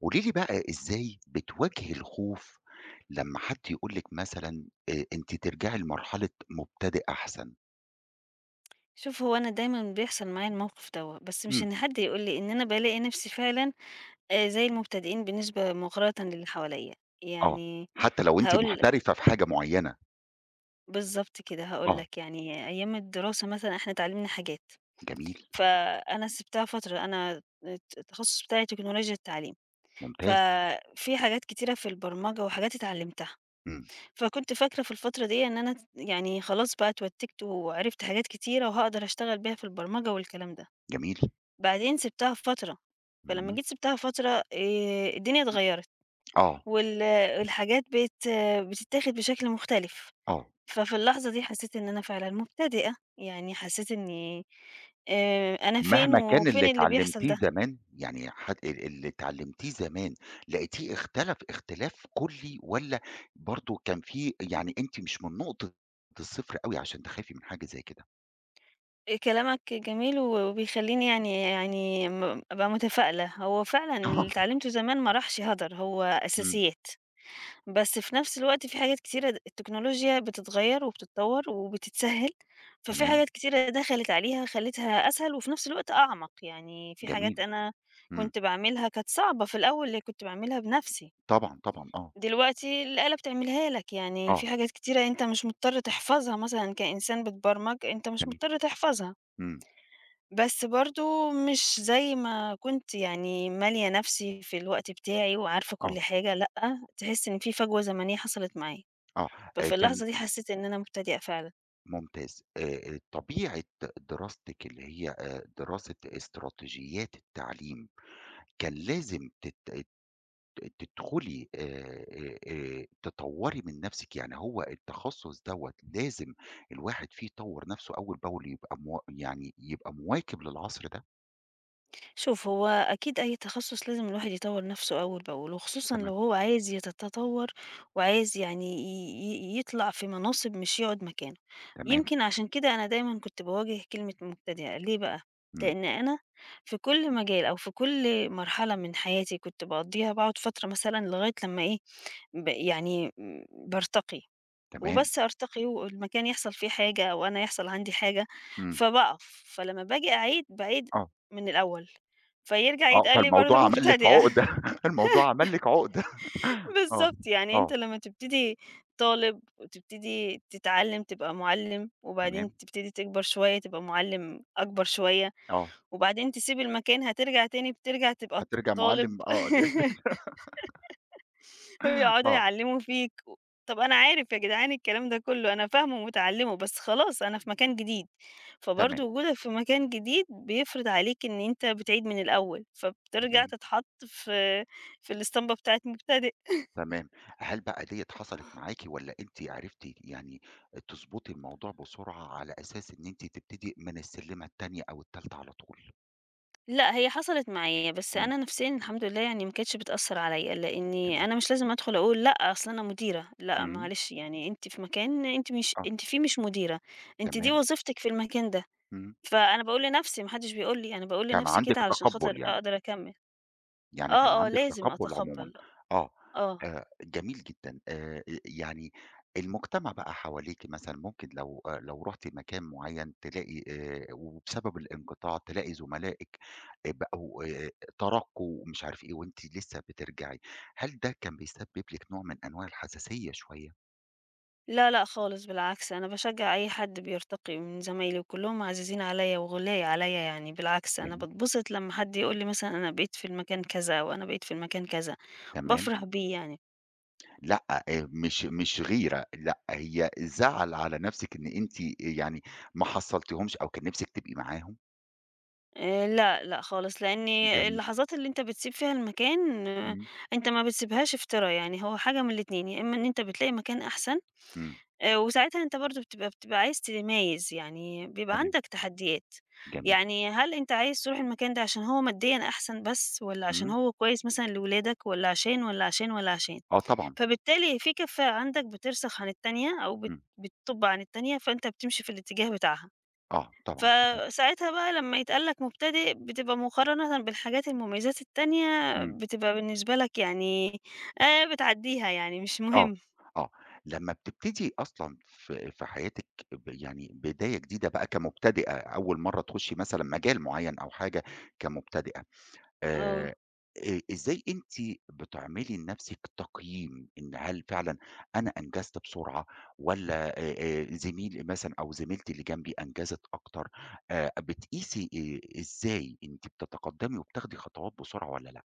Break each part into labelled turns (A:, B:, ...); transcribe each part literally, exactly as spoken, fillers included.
A: قولي لي بقى إزاي بتواجهي الخوف لمّا حد يقول لِك مثلًا آآ أنتِ ترجعي لمرحلة مبتدئ أحسن؟
B: شوف هو أنا دايمًا بيحصل معايا الموقف دوّة، بس مش
A: إمم.
B: إن حد يقول لي، إن أنا بالاقي نفسي فعلًا آآ زي المبتدئين بالنسبة مقارنةً باللي حواليّا،
A: آه،
B: يعني
A: حتى لو أنتِ
B: هاقول لك
A: محترفة في حاجة معيّنة،
B: بالضبط كده، هاقول
A: آه،
B: لك يعني أيام الدراسة مثلًا إحنا اتعلمنا حاجات،
A: جميل،
B: فأنا سِبتها فترة، أنا الت التخصص بتاعي تكنولوجيا التعليم،
A: ممتاز،
B: ففي حاجات كتيرة في البرمجة وحاجات اتعلمتها،
A: إمم،
B: فكنت فاكرة في الفترة دي إن أنا ت يعني خلاص بقى اتوتّكت وعرفت حاجات كتيرة وهاقدر أشتغل بيها في البرمجة والكلام ده.
A: جميل،
B: بعدين سِبتها في فترة، فلمّا
A: إمم،
B: جيت سِبتها فترة آآ الدنيا اتغيّرت،
A: آه،
B: وال الحاجات بت بتتاخد بشكل مختلف،
A: آه،
B: ففي اللحظة دي حسّيت إن أنا فعلًا مبتدئة، يعني حسّيت إني آآ أنا فين
A: مهما كان
B: وفين
A: اللي
B: اللي بيحصل
A: اتعلمتيه
B: ده؟
A: زمان، يعني حت ال اللي اتعلمتيه زمان لقيتيه اختلف اختلاف كلّي والّا برضه كان في يعني أنتِ مش من نقطة الصفر أوي عشان تخافي من حاجة زي كده؟
B: آآ كلامك جميل وبيخلّيني يعني يعني م أبقى متفائلة، هو فعلًا
A: آه،
B: اللي اتعلّمته زمان ما راحش هدر، هو
A: إمم،
B: أساسيات. بس في نفس الوقت في حاجات كتيرة د التكنولوجيا بتتغيّر وبتتطوّر وبتتسهّل، ففي
A: تمام.
B: حاجات كتيرة دخلت عليها خلّتها أسهل وفي نفس الوقت أعمق، يعني في حاجات
A: جميل،
B: أنا
A: إمم،
B: كنت باعملها كانت صعبة في الأول اللي كنت باعملها بنفسي،
A: طبعًا، طبعًا، آه،
B: دلوقتي الآلة بتعملها لك، يعني في
A: آه،
B: حاجات كتيرة أنت مش مضطر تحفظها مثلًا كإنسان بتبرمج أنت مش
A: جميل،
B: مضطر تحفظها،
A: إمم،
B: بس برضه مش زي ما كنت يعني مالية نفسي في الوقت بتاعي وعارفة
A: آه،
B: كل حاجة لأ، تحس إن في فجوة زمنية حصلت معايا.
A: آه، آآ
B: ففي
A: كان
B: اللحظة دي حسيت إن أنا مبتدئة فعلًا.
A: ممتاز، آآ طبيعة دراستِك اللي هي آآ دراسة استراتيجيات التعليم، كان لازم تت ت تدخلي آآ آآ تطوّري من نفسِك، يعني هو التخصص دوّة لازم الواحد فيه يطوّر نفسه أول بأول يبقى موا يعني يبقى مواكب للعصر ده؟
B: شوف، هو أكيد أي تخصُّص لازم الواحد يطوّر نَفْسه أول بأول، وخصوصًا
A: تمام،
B: لو هو عايز يتطوّر وعايز يعني ي ي يطلع في مناصب مش يقعد مكانه.
A: تمام،
B: يمكن عشان كده أنا دايمًا كنت باواجه كلمة مبتدئة، ليه بقى؟
A: إمم،
B: لإن أنا في كل مجال أو في كل مرحلة من حياتي كنت باقضّيها باقعد فترة مثلًا لغاية لمّا إيه، ب يعني م بارتقي.
A: تمام،
B: وبس أرتقي والمكان يحصل فيه حاجة أو أنا يحصل عندي حاجة
A: إمم،
B: فباقف، فلمّا باجي أعيد باعيد
A: آه.
B: من الأول، فيرجع
A: آه،
B: يتقال لي برضه
A: فالموضوع عمل لِك
B: مبتدئة.
A: عُقدة، الموضوع عمل لِك عُقدة. آه،
B: بالضبط، يعني أنت
A: آه،
B: لمّا تبتدي طالب وتبتدي تتعلم تبقى مُعلِّم، وبعدين
A: تمام،
B: تبتدي تكبر شوية تبقى مُعلِّم أكبر شوية،
A: آه،
B: وبعدين تسيب المكان هترجع تاني بترجع تبقى ط
A: هترجع
B: طالب.
A: مُعلِّم آه، ل
B: ويقعدوا
A: آه،
B: يعلّموا فيك و طَب أنا عارف يا جدعان الكلام ده كُلّه، أنا فاهمه ومتعلّمه، بس خلاص أنا في مكان جديد، فبرضه
A: تمام،
B: وجودك في مكان جديد بيفرض عليك إن أنت بتعيد من الأول، فبترجع
A: تمام،
B: تتحط في في الإسطمبة بتاعة مبتدئ.
A: تمام. هل بقى ديّة حصلت معاكِ والّا أنتِ عرفتِ يعني تضبطي الموضوع بسرعة على أساس إن أنتِ تبتدي من السلِّمة التانية أو التالتة على طول؟
B: لأ، هي حصلت معايا، بس
A: إمم،
B: أنا نفسيًا الحمد لله يعني ما كانتش بتأثّر عليّا، لإني
A: جميل،
B: أنا مش لازم أدخل أقول لأ، أصل أنا مديرة، لأ
A: إمم،
B: معلش يعني أنتِ في مكان أنتِ مش
A: آه،
B: أنتِ فيه مش مديرة، أنتِ دي
A: تمام،
B: وظيفتِك في المكان ده.
A: إمم،
B: فأنا باقول لنَفْسي، ما حدّش بيقول لي، أنا باقول
A: كان
B: لنَفْسي
A: عندِك
B: كده علشان خاطر
A: تقبُّل يعني.
B: أقدر أكمّل.
A: يعني كان
B: آه، آه،
A: عندِك
B: لازم
A: تقبُّل عمومًا،
B: أتقبّل،
A: آه،
B: آه.
A: آآ جميل جدًا، آآ يعني المجتمع بقى حواليكِ مثلًا ممكن لو آآ لو رُحتِ مكان معيّن تلاقي آآ وبسبب الانقطاع تلاقي زملائِك آآ بقوا آآ ترقّوا ومش عارف إيه وأنتِ لسه بترجعي، هل ده كان بيسبب لِك نوع من أنواع الحساسية شوية؟
B: لا، لأ خالص بالعكس، أنا باشجّع أي حد بيرتقي من زمايلي وكُلّهم عزيزين عليّا وغُلّاي عليّا يعني، بالعكس أنا
A: جميل،
B: باتبسط لمّا حد يقول لي مثلًا أنا بقيت في المكان كذا أو أنا بقيت في المكان كذا،
A: تمام،
B: بافرح بيه يعني.
A: لأ، آآ مش مش غيرة، لأ، هي زعل على نَفْسِك إن أنتِ يعني ما حصّلتيهمش أو كان نِفْسِك تبقي معاهم؟
B: آآ لأ، لأ خالص، لإن
A: جميل،
B: اللحظات اللي أنت بتسيب فيها المكان آه،
A: إمم.
B: أنت ما بتسيبهاش افترا، يعني هو حاجة من الاتنين، يا إمّا إن أنت بتلاقي مكان أحسن
A: إمم،
B: آآ وساعتها أنت برضه بتبقى بتبقى عايز تميّز، يعني بيبقى
A: تمام،
B: عندك تحديات.
A: جميل،
B: يعني هل أنت عايز تروح المكان ده عشان هو ماديًا أحسن بس والّا عشان
A: إمم،
B: هو كويس مثلًا لولادك والّا عشان، والّا عشان، والّا عشان؟
A: آه طبعًا،
B: فبالتالي في كفّة عندك بترسخ عن التانية أو بت
A: إمم،
B: بتطُب عن التانية، فأنت بتمشي في الاتجاه بتاعها.
A: آه طبعًا أكيد،
B: فساعتها بقى لمّا يتقال لك مبتدئ، بتبقى مقارنةً بالحاجات المميزات التانية
A: إمم،
B: بتبقى بالنسبة لك يعني آآ بتعدّيها يعني مش
A: آه،
B: مهم.
A: آه، لمّا بتبتدي أصلًا في في حياتِك ب يعني بداية جديدة بقى كمبتدئة، أول مرّة تخشي مثلًا مجال معيّن أو حاجة كمبتدئة.
B: آه.
A: آآ، إ إزاي أنتِ بتعملي لنفسِك تقييم إن هل فعلًا أنا أنجزت بسرعة والّا آآ، آآ، زميلي مثلًا أو زميلتي اللي جنبي أنجزت أكتر، آآ، بتقيسي آآ، إزاي أنتِ بتتقدمي وبتاخدي خطوات بسرعة والّا لأ؟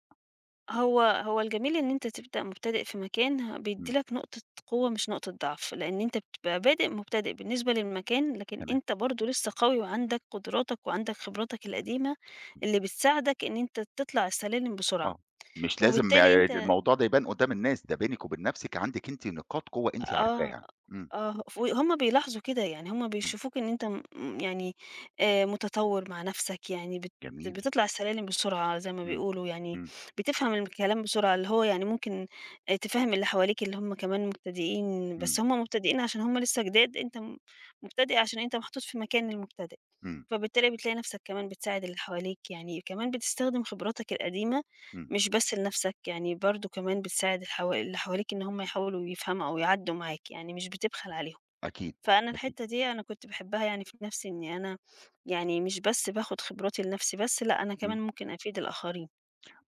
B: هو هو الجميل إن أنت تبدأ مبتدئ في مكان ه بيدّي
A: إمم،
B: لك نقطة قوة مش نقطة ضعف، لإن أنت بتبقى بادئ مبتدئ بالنسبة للمكان، لكن
A: تمام،
B: أنت برضه لسه قوي وعندك قدراتك وعندك خبراتك القديمة
A: إمم،
B: اللي بتساعدك إن أنت تطلع السلالم بسرعة،
A: آه، مش لازم
B: وبالتالي
A: آه،
B: أنت
A: الموضوع ده يبان قدّام الناس، ده بينِك وبين نفسِك عندِك أنتِ نقاط قوة أنتِ
B: آه.
A: عارفاها، إمم،
B: آه، ف هُم بيلاحظوا كده، يعني هُم
A: إمم،
B: بيشوفوك إن أنت م يعني آآ، متطوّر مع نَفْسك، يعني بت
A: جميل،
B: بتطلع السلالم بسرعة زي ما
A: إمم،
B: بيقولوا، يعني
A: إمم،
B: بتفهم الكلام بسرعة، اللي هو يعني ممكن آآ، تفهم اللي حواليك اللي هُم كمان مبتدئين، بس
A: إمم،
B: هُم مبتدئين عشان هُم لسه جداد، أنت م مبتدئ عشان أنت محطوط في مكان المبتدئ،
A: إمم،
B: فبالتالي بتلاقي نَفْسك كمان بتساعد اللي حواليك، يعني كمان بتستخدم خبراتك القديمة
A: إمم،
B: مش بس لنَفْسك، يعني برضه كمان بتساعد الحوا اللي حواليك إن هم يحاولوا يفهموا أو يعدّوا معاك، يعني مش بتبخل عليهم.
A: أكيد،
B: فأنا
A: أكيد،
B: الحتّة دي أنا كنت باحبها يعني في نَفْسي إني أنا يعني مش بس باخُد خبراتي لنَفْسي بس، لأ أنا كمان
A: إمم.
B: ممكن أفيد الآخرين.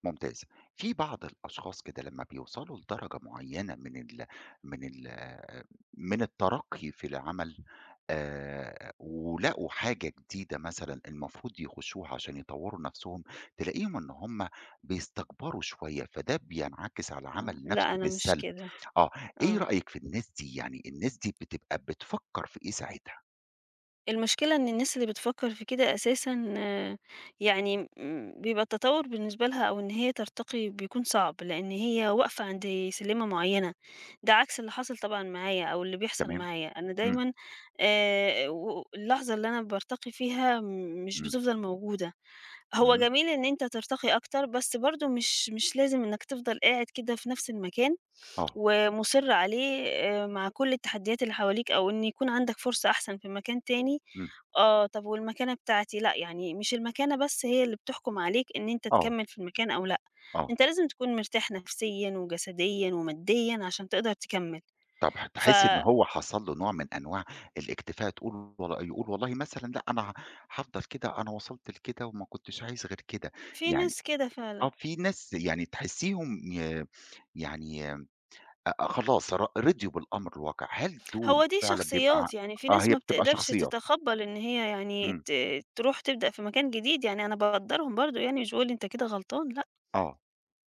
A: ممتاز. في بعض الأشخاص كده لمّا بيوصلوا لدرجة معيّنة من ال من ال من الترقّي في العمل آآ ولقوا حاجة جديدة مثلًا المفروض يخشوها عشان يطوّروا نَفْسهم، تلاقيهم إن هم بيستكبروا شوية، فده بينعكس على
B: آه،
A: العمل
B: لأ
A: نَفْسه
B: أنا مش
A: بالسلب.
B: كده،
A: آه. إيه
B: آه.
A: رأيك في الناس دي؟ يعني الناس دي بتبقى بتفكّر في إيه ساعتها؟
B: المشكلة إن الناس اللي بتفكّر في كده أساسًا آه، يعني م بيبقى التطوّر بالنسبة لها أو إن هي ترتقي بيكون صعب، لإن هي واقفة عند سلِّمة معيّنة، ده عكس اللي حصل طبعًا معايا أو اللي بيحصل
A: تمام؟
B: معايا، أنا
A: إمم.
B: دايمًا آآ و اللحظة اللي أنا بارتقي فيها م- مش
A: إمم.
B: بتفضل موجودة، هو
A: إمم.
B: جميل إن أنت ترتقي أكتر، بس برضه مش مش لازم إنّك تفضل قاعد كده في نَفْس المكان
A: آه.
B: ومُصِر عليه آآ مع كل التحديات اللي حواليك أو إن يكون عندك فرصة أحسن في مكان تاني،
A: إمم.
B: آه، طَب والمكانة بتاعتي؟ لأ، يعني مش المكانة بس هي اللي بتحكُم عليك إن أنت
A: آه.
B: تكمّل في المكان أو لأ،
A: آه.
B: أنت لازم تكون مرتاح نفسيًا وجسديًا وماديًا عشان تقدر تكمّل.
A: طب ح تحسّي إن
B: ففي
A: هو حصل له نوع من أنواع الاكتفاء، تقول وال يقول والله مثلًا لأ أنا ه هافضل كده، أنا وصلت لكده وما كنتش عايز غير كده، يعني
B: ناس كده فعلًا،
A: آه في ناس يعني تحسّيهم ي يعني أ خلاص ر رضيوا بالأمر الواقع، هل دول
B: هو دي
A: فعلًا بيبقى ع-
B: شخصيات، يعني في
A: آه
B: ناس
A: هي
B: ما
A: بتبقى
B: بتقدرش
A: شخصيات،
B: تتقبّل إن هي يعني
A: إمم،
B: ت تروح تبدأ في مكان جديد، يعني أنا باقدّرهم برضه يعني مش باقول أنت كده غلطان لأ،
A: آه،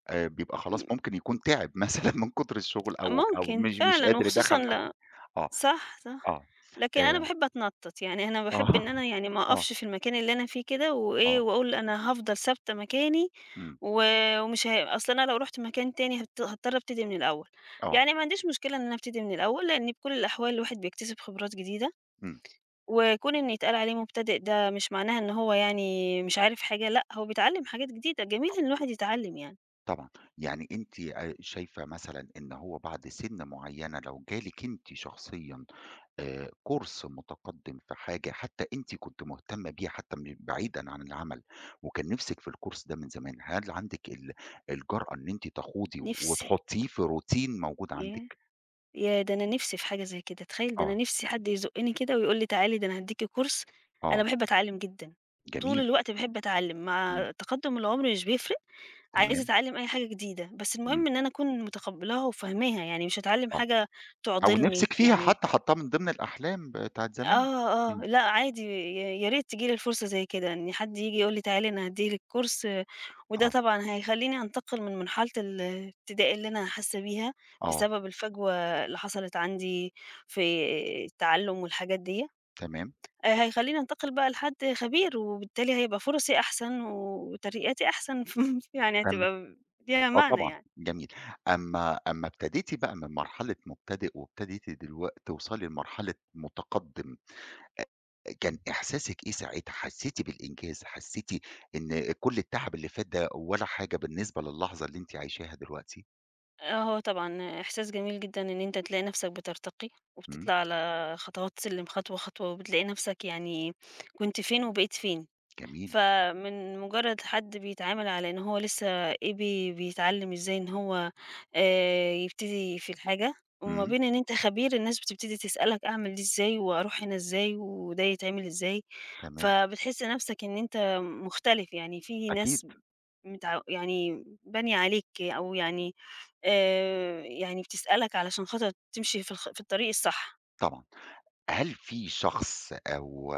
A: آآ بيبقى
B: م
A: خلاص ممكن يكون تعب مثلًا من كتر الشغل أو أو
B: ممكن
A: مش مش
B: فعلًا
A: قادر
B: وخصوصًا
A: يدخّل حاجات
B: ل
A: آه،
B: صح، صح.
A: آه،
B: لكن أنا
A: آآ
B: باحب أتنطّط، يعني أنا
A: آه،
B: باحب إن أنا يعني ما
A: آه،
B: أقفش في المكان اللي أنا فيه كده وإيه،
A: آه،
B: وأقول أنا هافضل ثابتة مكاني
A: إمم،
B: و ومش ه أصل أنا لو رُحت مكان تاني هت هاضطر أبتدي من الأول.
A: آه،
B: يعني ما عنديش مشكلة إن أنا أبتدي من الأول، لإن بكل الأحوال الواحد بيكتسب خبرات جديدة،
A: إمم.
B: وكون إن يتقال عليه مبتدئ ده مش معناها إن هو يعني مش عارف حاجة، لأ، هو بيتعلّم حاجات جديدة، جميل إن الواحد يتعلّم يعني،
A: طبعًا، يعني أنتِ آآ شايفة مثلًا إن هو بعد سِن معيّنة لو جالِك أنتِ شخصيًا آآ كورس متقدِّم في حاجة حتى أنتِ كنتِ مهتمة بيها حتى م بعيدًا عن العمل، وكان نِفْسِك في الكورس ده من زمان، هل عندِك ال الجرأة إن أنتِ تخوضي
B: نِفْسي،
A: وتحطّيه في روتين موجود
B: ياه!
A: عندِك؟
B: ياه! ده أنا نِفْسي في حاجة زي كده، تخيّل ده أنا
A: آه،
B: نِفْسي حد يزُقّني كده ويقول لي تعالي ده أنا هادّيكِ course. أنا
A: آه،
B: باحب أتعلّم جدًا، طول
A: جميل،
B: الوقت باحب أتعلّم،
A: إمم،
B: مع تقدُّم العُمر مش بيفرق، عايزة
A: تمام،
B: أتعلّم أي حاجة جديدة، بس
A: إمم،
B: المهم إن أنا أكون متقبّلاها وفاهماها، يعني مش هاتعلّم
A: آه،
B: حاجة
A: أو
B: تعضلني،
A: نِفْسِك فيها
B: يعني
A: حتى حاطّاها من ضمن الأحلام بتاعة زمان،
B: آه، آه،
A: إمم،
B: لأ عادي ي يا ريت تيجي لي الفرصة زي كده، إن حد ييجي يقول لي تعالي أنا هادّي لِك كورس، آه، وده
A: آه،
B: طبعًا هيخلّيني أنتقل من مرحلة الابتدائي اللي أنا حاسة بيها
A: آه،
B: بسبب الفجوة اللي حصلت عندي في التعلُّم والحاجات ديّة،
A: تمام،
B: آآ هيخلّيني أنتقل بقى لحد خبير، وبالتالي هيبقى فرصي أحسن وترقياتي أحسن. ف يعني
A: تم
B: هتبقى ليها
A: آه
B: معنى
A: طبعًا،
B: يعني.
A: جميل. أمّا أمّا ابتديتِ بقى من مرحلة مبتدئ وابتديتِ دلوق توصلي لمرحلة متقدِّم، أ كان إحساسِك إيه ساعتها؟ حسّيتِ بالإنجاز، حسّيتِ إن كل التعب اللي فات ده ولا حاجة بالنسبة للحظة اللي أنتِ عايشاها دلوقتي؟
B: آه، هو طبعًا إحساس جميل جدًا إن أنت تلاقي نفسك بترتقي،
A: إمم،
B: وبتطلع على خطوات سلِّم خطوة، خطوة، وبتلاقي نفسك يعني كنت فين وبقيت فين.
A: جميل،
B: فمن مجرد حد بيتعامل على إن هو لسه baby بيتعلم إزاي إن هو آآ، يبتدي في الحاجة، وما
A: إمم،
B: بين إن أنت خبير الناس بتبتدي تسألك أعمل دي إزاي، وأروح هنا إزاي، وده يتعمل إزاي،
A: تمام،
B: فبتحس نفسك إن أنت مختلف يعني في
A: أكيد
B: ناس متع يعني بانية عليك أو يعني آآ، يعني بتسألك علشان خاطر تمشي في الخ في الطريق الصح.
A: طبعًا. هل في شخص أو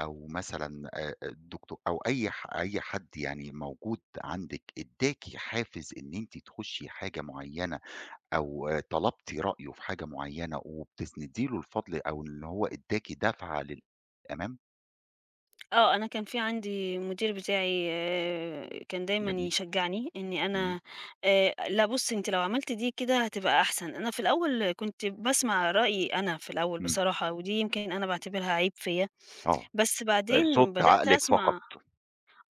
A: أو مثلًا آآ الدكتو أو أي ح أي حد يعني موجود عندِك ادّاكِ حافز إن أنتِ تخُشّي حاجة معيّنة أو طلبتِ رأيه في حاجة معيّنة وبتسندي له الفضل أو إن هو ادّاكِ دفعة للأمام،
B: آه، أنا كان في عندي المدير بتاعي آآ، كان دايمًا
A: جميل،
B: يشجعني إني
A: إمم،
B: أنا آآ، لأ بُصّي أنتِ لو عملتِ دي كده هتبقى أحسن. أنا في الأول كنت باسمع رأيي أنا في الأول
A: إمم،
B: بصراحة، ودي يمكن أنا باعتبرها عيب فيّا،
A: آه،
B: بس
A: آآ صوت
B: بعدين بدأت
A: عقلِك فقط،
B: أسمع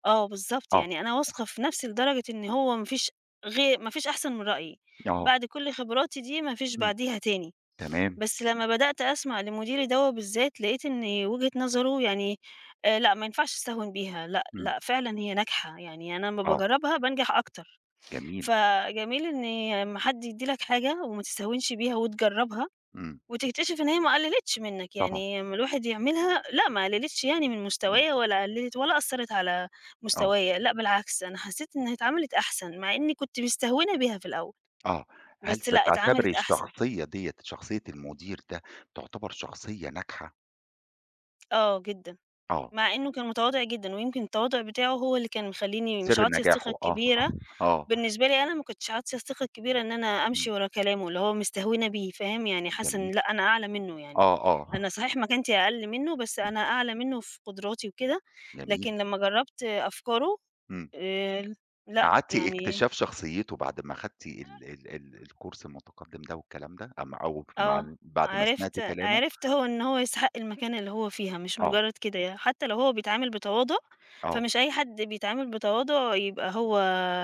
B: آه، بالضبط،
A: آه،
B: يعني أنا واثقة في نفسي لدرجة إن هو ما فيش غي ما فيش أحسن من رأيي،
A: آه،
B: بعد كل خبراتي دي ما فيش
A: إمم،
B: بعديها تاني.
A: تمام،
B: بس لمّا بدأت أسمع لمديري دوّة بالذات، لقيت إن وجهة نظره يعني آآ لأ، ما ينفعش أستهون بيها، لأ،
A: إمم،
B: لأ، فعلًا هي ناجحة، يعني أنا أمّا
A: آه،
B: باجرّبها بانجح أكتر.
A: جميل،
B: فجميل إن أمّا حد يدّي لك حاجة وما تستهونش بيها وتجرّبها
A: إمم،
B: وتكتشف إن هي ما قلّلتش منّك،
A: طبعًا،
B: يعني أمّا الواحد يعملها لأ، ما قلّلتش يعني من
A: إمم،
B: مستوايا ولا قلّلت ولا أثّرت على
A: آه،
B: مستوايا، لأ بالعكس، أنا حسّيت إنها اتعملت أحسن، مع إنّي كنت مستهونة بيها في الأول،
A: آه، هل
B: بس لأ،
A: بتعتبري
B: اتعملت أحسن.
A: الشخصية ديّة، شخصية المدير ده تعتبر شخصية ناجحة؟
B: آه، جدًا.
A: آه،
B: مع إنه كان متواضع جدًا، ويمكن التواضع بتاعه هو اللي كان مخلّيني مش
A: سر
B: عاطية الثقة
A: نجاحه، آه،
B: الكبيرة
A: آه،
B: بالنسبة لي أنا ما كنتش عاطية الثقة الكبيرة إن أنا
A: إمم،
B: أمشي ورا كلامه، اللي هو مستهونة بيه فاهم، يعني حاسة إن
A: جميل،
B: لأ أنا أعلى منه يعني،
A: آه، آه،
B: أنا صحيح مكانتي أقل منه بس
A: إمم،
B: أنا أعلى منه في قدراتي وكده،
A: جميل،
B: لكن لمّا جرّبت أفكاره
A: إمم.
B: آآ لأ
A: قعدتِ
B: يعني
A: اكتشاف شخصيته بعد ما أخدتِ ال ال ال الكورس المتقدم ده والكلام ده، أم أو مع
B: آه،
A: بعد ما سمعتِ
B: عرفت
A: كلامه؟
B: عرفت هو إن هو يستحق المكانة اللي هو فيها، مش
A: آه،
B: مجرد كده ي حتى لو هو بيتعامل بتواضع،
A: آه،
B: فمش أي حد بيتعامل بتواضع يبقى هو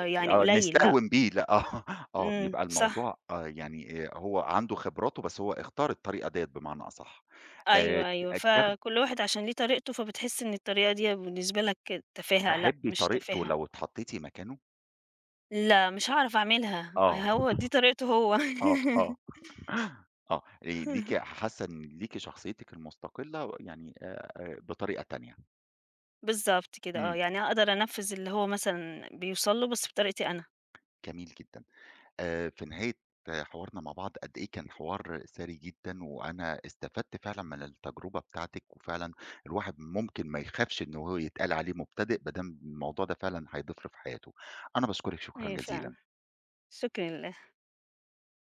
B: يعني
A: آه،
B: قليل، لأ،
A: نستهون بيه لأ، آه، آه،
B: إمم،
A: بيبقى
B: صح،
A: الموضوع آه، يعني آآ هو عنده خبراته، بس هو اختار الطريقة ديّة بمعنى أصح. آآ
B: أيوه،
A: ت
B: أيوه،
A: تاخد
B: فكل واحد عشان ليه طريقته، فبتحس إن الطريقة دي بالنسبة لك تفاهة، لأ،
A: تحبّي
B: مش
A: طريقته
B: تفاهة،
A: لو اتحطيتِ مكانه؟
B: لأ، مش هاعرف أعملها،
A: آه،
B: هو دي طريقته هو.
A: آه، آه، آه، آآ ليكِ حاسة إن ليكِ شخصيتِك المستقلة يعني آآ بطريقة تانية.
B: بالضبط كده آه،
A: إمم،
B: يعني أقدر أنفذ اللي هو مثلًا بيوصل له بس بطريقتي أنا،
A: جميل جدًا. آآ في نهاية حوارنا مع بعض قد إيه كان حوار ثري جدًا، وأنا استفدت فعلًا من التجربة بتاعتِك، وفعلًا الواحد ممكن ما يخافش إن هو يتقال عليه مبتدئ، ما دام الموضوع ده فعلًا هيضيف له في حياته. أنا باشكرِك شكرًا
B: أيوه فعلًا،
A: جزيلًا.
B: شكرًا لله.